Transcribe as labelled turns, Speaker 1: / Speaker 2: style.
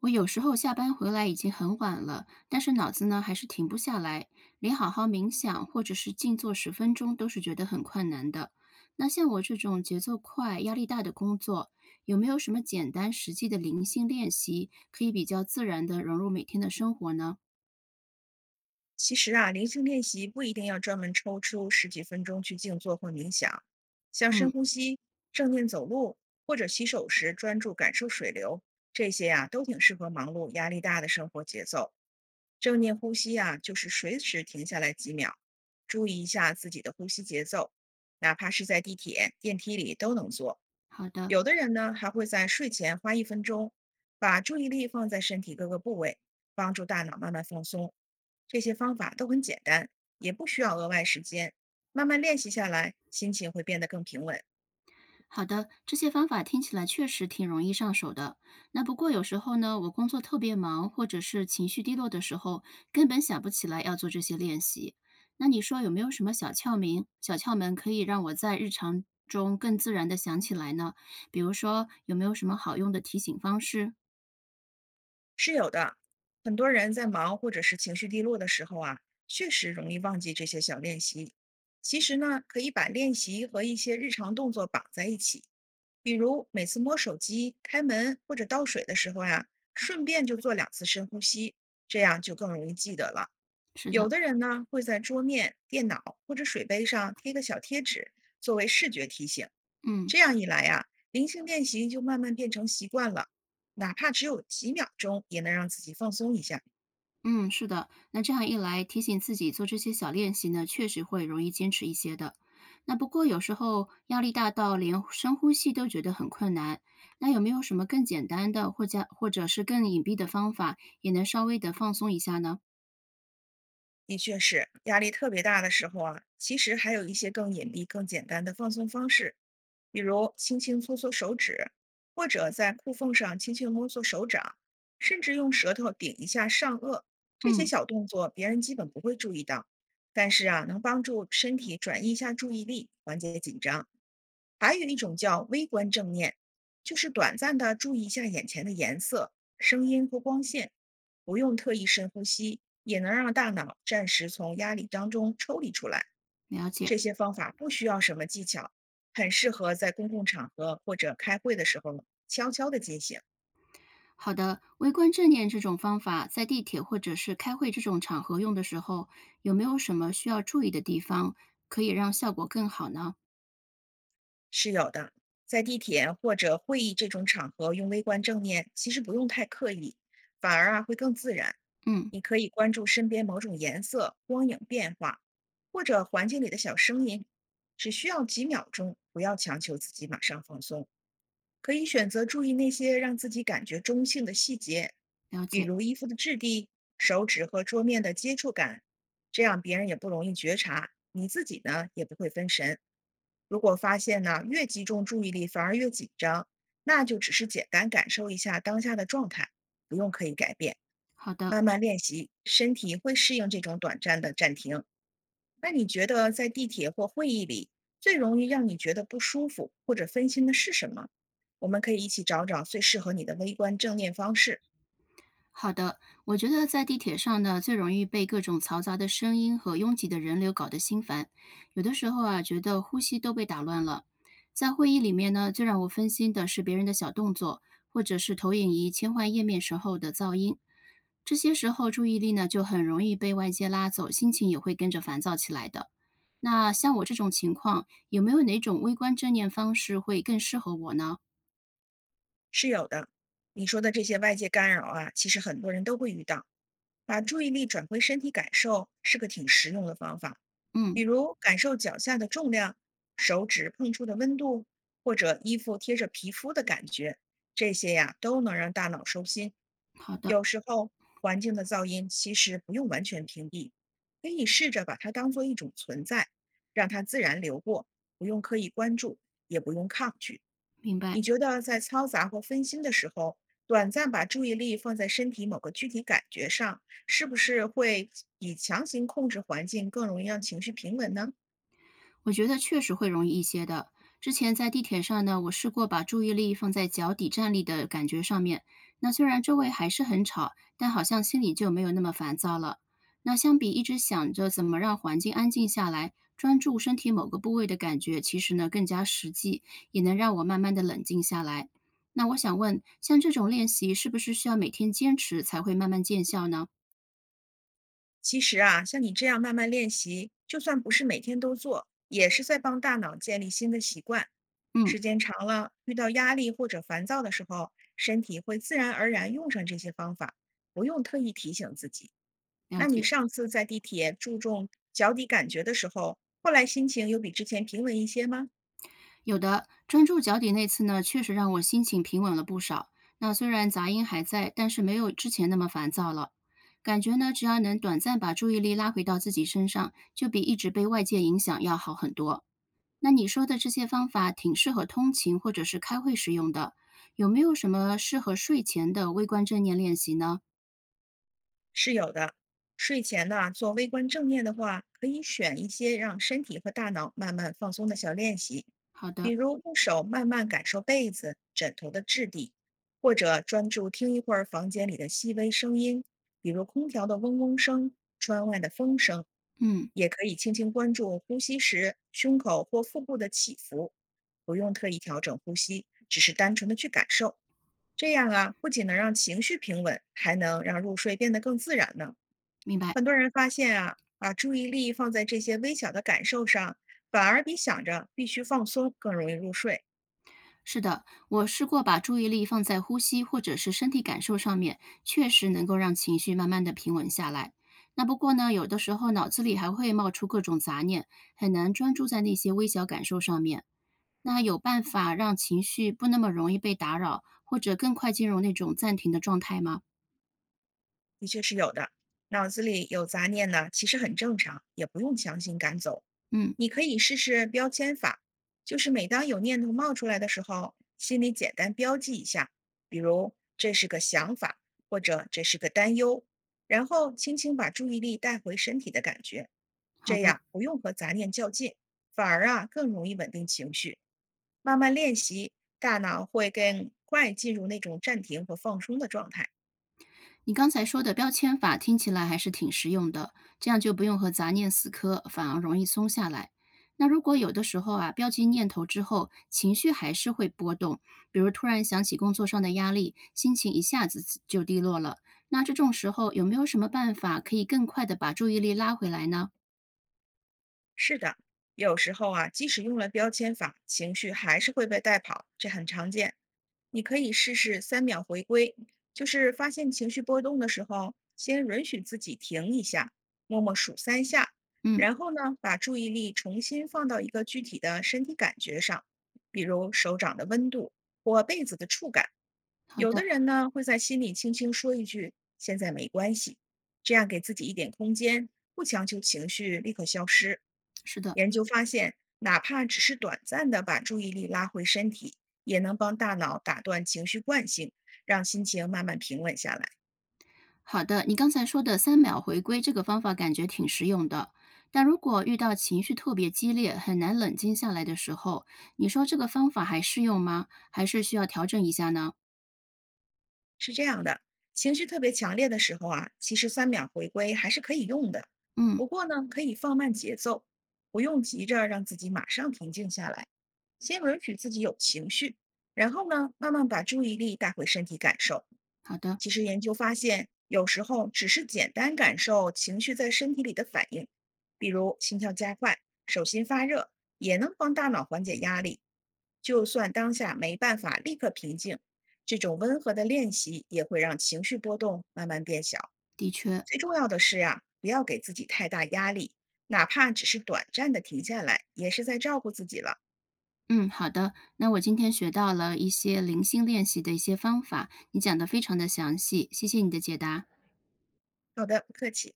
Speaker 1: 我有时候下班回来已经很晚了，但是脑子呢还是停不下来，连好好冥想或者是静坐10分钟都是觉得很困难的。那像我这种节奏快、压力大的工作，有没有什么简单实际的灵性练习，可以比较自然的融入每天的生活呢？
Speaker 2: 其实啊，灵性练习不一定要专门抽出十几分钟去静坐或冥想，像
Speaker 1: 嗯，
Speaker 2: 深呼吸、正念走路，或者洗手时专注感受水流，这些呀，都挺适合忙碌、压力大的生活节奏。正念呼吸啊，就是随时停下来几秒，注意一下自己的呼吸节奏，哪怕是在地铁、电梯里都能做。
Speaker 1: 好的。
Speaker 2: 有的人呢，还会在睡前花一分钟，把注意力放在身体各个部位，帮助大脑慢慢放松。这些方法都很简单，也不需要额外时间。慢慢练习下来，心情会变得更平稳，
Speaker 1: 好的，这些方法听起来确实挺容易上手的。那不过有时候呢，我工作特别忙，或者是情绪低落的时候，根本想不起来要做这些练习。那你说有没有什么小窍门？小窍门可以让我在日常中更自然的想起来呢？比如说，有没有什么好用的提醒方式？
Speaker 2: 是有的。很多人在忙或者是情绪低落的时候啊，确实容易忘记这些小练习。其实呢，可以把练习和一些日常动作绑在一起，比如每次摸手机、开门或者倒水的时候呀，顺便就做两次深呼吸，这样就更容易记得了。
Speaker 1: 是的，
Speaker 2: 有的人呢会在桌面、电脑或者水杯上贴个小贴纸，作为视觉提醒。
Speaker 1: 嗯。
Speaker 2: 这样一来呀，灵性练习就慢慢变成习惯了，哪怕只有几秒钟，也能让自己放松一下。
Speaker 1: 嗯，是的，那这样一来，提醒自己做这些小练习呢，确实会容易坚持一些的。那不过有时候压力大到连深呼吸都觉得很困难，那有没有什么更简单的或者是更隐蔽的方法，也能稍微的放松一下呢？
Speaker 2: 的确是，压力特别大的时候啊，其实还有一些更隐蔽、更简单的放松方式，比如轻轻搓搓手指，或者在裤缝上轻轻摸索手掌，甚至用舌头顶一下上颚。这些
Speaker 1: 嗯，
Speaker 2: 小动作别人基本不会注意到，但是啊，能帮助身体转移一下注意力，缓解紧张。还有一种叫微观正念，就是短暂的注意一下眼前的颜色、声音或光线，不用特意深呼吸，也能让大脑暂时从压力当中抽离出来。
Speaker 1: 了解。
Speaker 2: 这些方法不需要什么技巧，很适合在公共场合或者开会的时候悄悄地进行，
Speaker 1: 好的，微观正念这种方法，在地铁或者是开会这种场合用的时候，有没有什么需要注意的地方，可以让效果更好呢？
Speaker 2: 是有的。在地铁或者会议这种场合用微观正念，其实不用太刻意，反而啊会更自然。
Speaker 1: 嗯，
Speaker 2: 你可以关注身边某种颜色、光影变化，或者环境里的小声音，只需要几秒钟，不要强求自己马上放松。可以选择注意那些让自己感觉中性的细节，
Speaker 1: 了
Speaker 2: 比
Speaker 1: 解。
Speaker 2: 如衣服的质地、手指和桌面的接触感，这样别人也不容易觉察，你自己呢也不会分神。如果发现呢越集中注意力反而越紧张，那就只是简单感受一下当下的状态，不用刻意改变。
Speaker 1: 好的。
Speaker 2: 慢慢练习，身体会适应这种短暂的暂停。那你觉得在地铁或会议里，最容易让你觉得不舒服或者分心的是什么？我们可以一起找找最适合你的微观正念方式，
Speaker 1: 好的，我觉得在地铁上呢，最容易被各种嘈杂的声音和拥挤的人流搞得心烦，有的时候啊，觉得呼吸都被打乱了。在会议里面呢，最让我分心的是别人的小动作，或者是投影仪切换页面时候的噪音。这些时候注意力呢，就很容易被外界拉走，心情也会跟着烦躁起来的。那像我这种情况，有没有哪种微观正念方式会更适合我呢？
Speaker 2: 是有的。你说的这些外界干扰啊，其实很多人都会遇到。把注意力转回身体感受是个挺实用的方法。比
Speaker 1: 嗯，
Speaker 2: 如感受脚下的重量、手指碰触的温度，或者衣服贴着皮肤的感觉，这些呀都能让大脑收心。
Speaker 1: 好的，
Speaker 2: 有时候环境的噪音其实不用完全屏蔽，可以试着把它当做一种存在，让它自然流过，不用刻意关注，也不用抗拒。
Speaker 1: 明
Speaker 2: 你
Speaker 1: 白。
Speaker 2: 觉得在嘈杂或分心的时候，短暂把注意力放在身体某个具体感觉上，是不是会比强行控制环境更容易让情绪平稳呢？
Speaker 1: 我觉得确实会容易一些的。之前在地铁上呢，我试过把注意力放在脚底站立的感觉上面，那虽然周围还是很吵，但好像心里就没有那么烦躁了。那相比一直想着怎么让环境安静下来，专注身体某个部位的感觉，其实呢更加实际，也能让我慢慢的冷静下来。那我想问，像这种练习是不是需要每天坚持才会慢慢见效呢？
Speaker 2: 其实啊，像你这样慢慢练习，就算不是每天都做，也是在帮大脑建立新的习惯。
Speaker 1: 嗯，
Speaker 2: 时间长了，遇到压力或者烦躁的时候，身体会自然而然用上这些方法，不用特意提醒自己。
Speaker 1: 了
Speaker 2: 那你
Speaker 1: 解。
Speaker 2: 上次在地铁注重脚底感觉的时候，后来心情有比之前平稳一些吗？
Speaker 1: 有的，专注脚底那次呢，确实让我心情平稳了不少。那虽然杂音还在，但是没有之前那么烦躁了。感觉呢，只要能短暂把注意力拉回到自己身上，就比一直被外界影响要好很多。那你说的这些方法挺适合通勤或者是开会使用的，有没有什么适合睡前的微观正念练习呢？
Speaker 2: 是有的。睡前呢，做微观正念的话，可以选一些让身体和大脑慢慢放松的小练习，
Speaker 1: 好
Speaker 2: 比
Speaker 1: 的，
Speaker 2: 如用手慢慢感受被子、枕头的质地，或者专注听一会儿房间里的细微声音，比如空调的嗡嗡声、窗外的风声。
Speaker 1: 嗯，
Speaker 2: 也可以轻轻关注呼吸时胸口或腹部的起伏，不用特意调整呼吸，只是单纯的去感受。这样啊，不仅能让情绪平稳，还能让入睡变得更自然呢。
Speaker 1: 明白。
Speaker 2: 很多人发现啊，把注意力放在这些微小的感受上，反而比想着必须放松更容易入睡。
Speaker 1: 是的，我试过把注意力放在呼吸或者是身体感受上面，确实能够让情绪慢慢的平稳下来。那不过呢，有的时候脑子里还会冒出各种杂念，很难专注在那些微小感受上面。那有办法让情绪不那么容易被打扰，或者更快进入那种暂停的状态吗？
Speaker 2: 的确是有的。脑子里有杂念呢，其实很正常，也不用强行赶走。
Speaker 1: 嗯，
Speaker 2: 你可以试试标签法，就是每当有念头冒出来的时候，心里简单标记一下，比如这是个想法，或者这是个担忧，然后轻轻把注意力带回身体的感觉。
Speaker 1: 好
Speaker 2: 这
Speaker 1: 的。
Speaker 2: 样不用和杂念较劲，反而啊更容易稳定情绪。慢慢练习，大脑会更快进入那种暂停和放松的状态。
Speaker 1: 你刚才说的标签法听起来还是挺实用的，这样就不用和杂念死磕，反而容易松下来。那如果有的时候啊，标记念头之后，情绪还是会波动，比如突然想起工作上的压力，心情一下子就低落了。那这种时候有没有什么办法可以更快的把注意力拉回来呢？
Speaker 2: 是的，有时候啊，即使用了标签法，情绪还是会被带跑，这很常见。你可以试试三秒回归，就是发现情绪波动的时候，先允许自己停一下，默默数三下，
Speaker 1: 嗯，
Speaker 2: 然后呢，把注意力重新放到一个具体的身体感觉上，比如手掌的温度或被子的触感。
Speaker 1: 好
Speaker 2: 有的
Speaker 1: 的，
Speaker 2: 人呢会在心里轻轻说一句“现在没关系”，这样给自己一点空间，不强求情绪立刻消失。
Speaker 1: 是的。
Speaker 2: 研究发现，哪怕只是短暂的把注意力拉回身体，也能帮大脑打断情绪惯性，让心情慢慢平稳下来。
Speaker 1: 好的，你刚才说的3秒回归这个方法感觉挺实用的，但如果遇到情绪特别激烈、很难冷静下来的时候，你说这个方法还适用吗？还是需要调整一下呢？
Speaker 2: 是这样的，情绪特别强烈的时候啊，其实三秒回归还是可以用的。
Speaker 1: 嗯，
Speaker 2: 不过呢，可以放慢节奏，不用急着让自己马上平静下来，先允许自己有情绪，然后呢，慢慢把注意力带回身体感受。
Speaker 1: 好的，
Speaker 2: 其实研究发现，有时候只是简单感受情绪在身体里的反应，比如心跳加快、手心发热，也能帮大脑缓解压力。就算当下没办法立刻平静，这种温和的练习也会让情绪波动慢慢变小。
Speaker 1: 的确，
Speaker 2: 最重要的是呀，不要给自己太大压力，哪怕只是短暂的停下来，也是在照顾自己了。
Speaker 1: 嗯，好的。那我今天学到了一些灵性练习的一些方法，你讲的非常的详细，谢谢你的解答。
Speaker 2: 好的，不客气。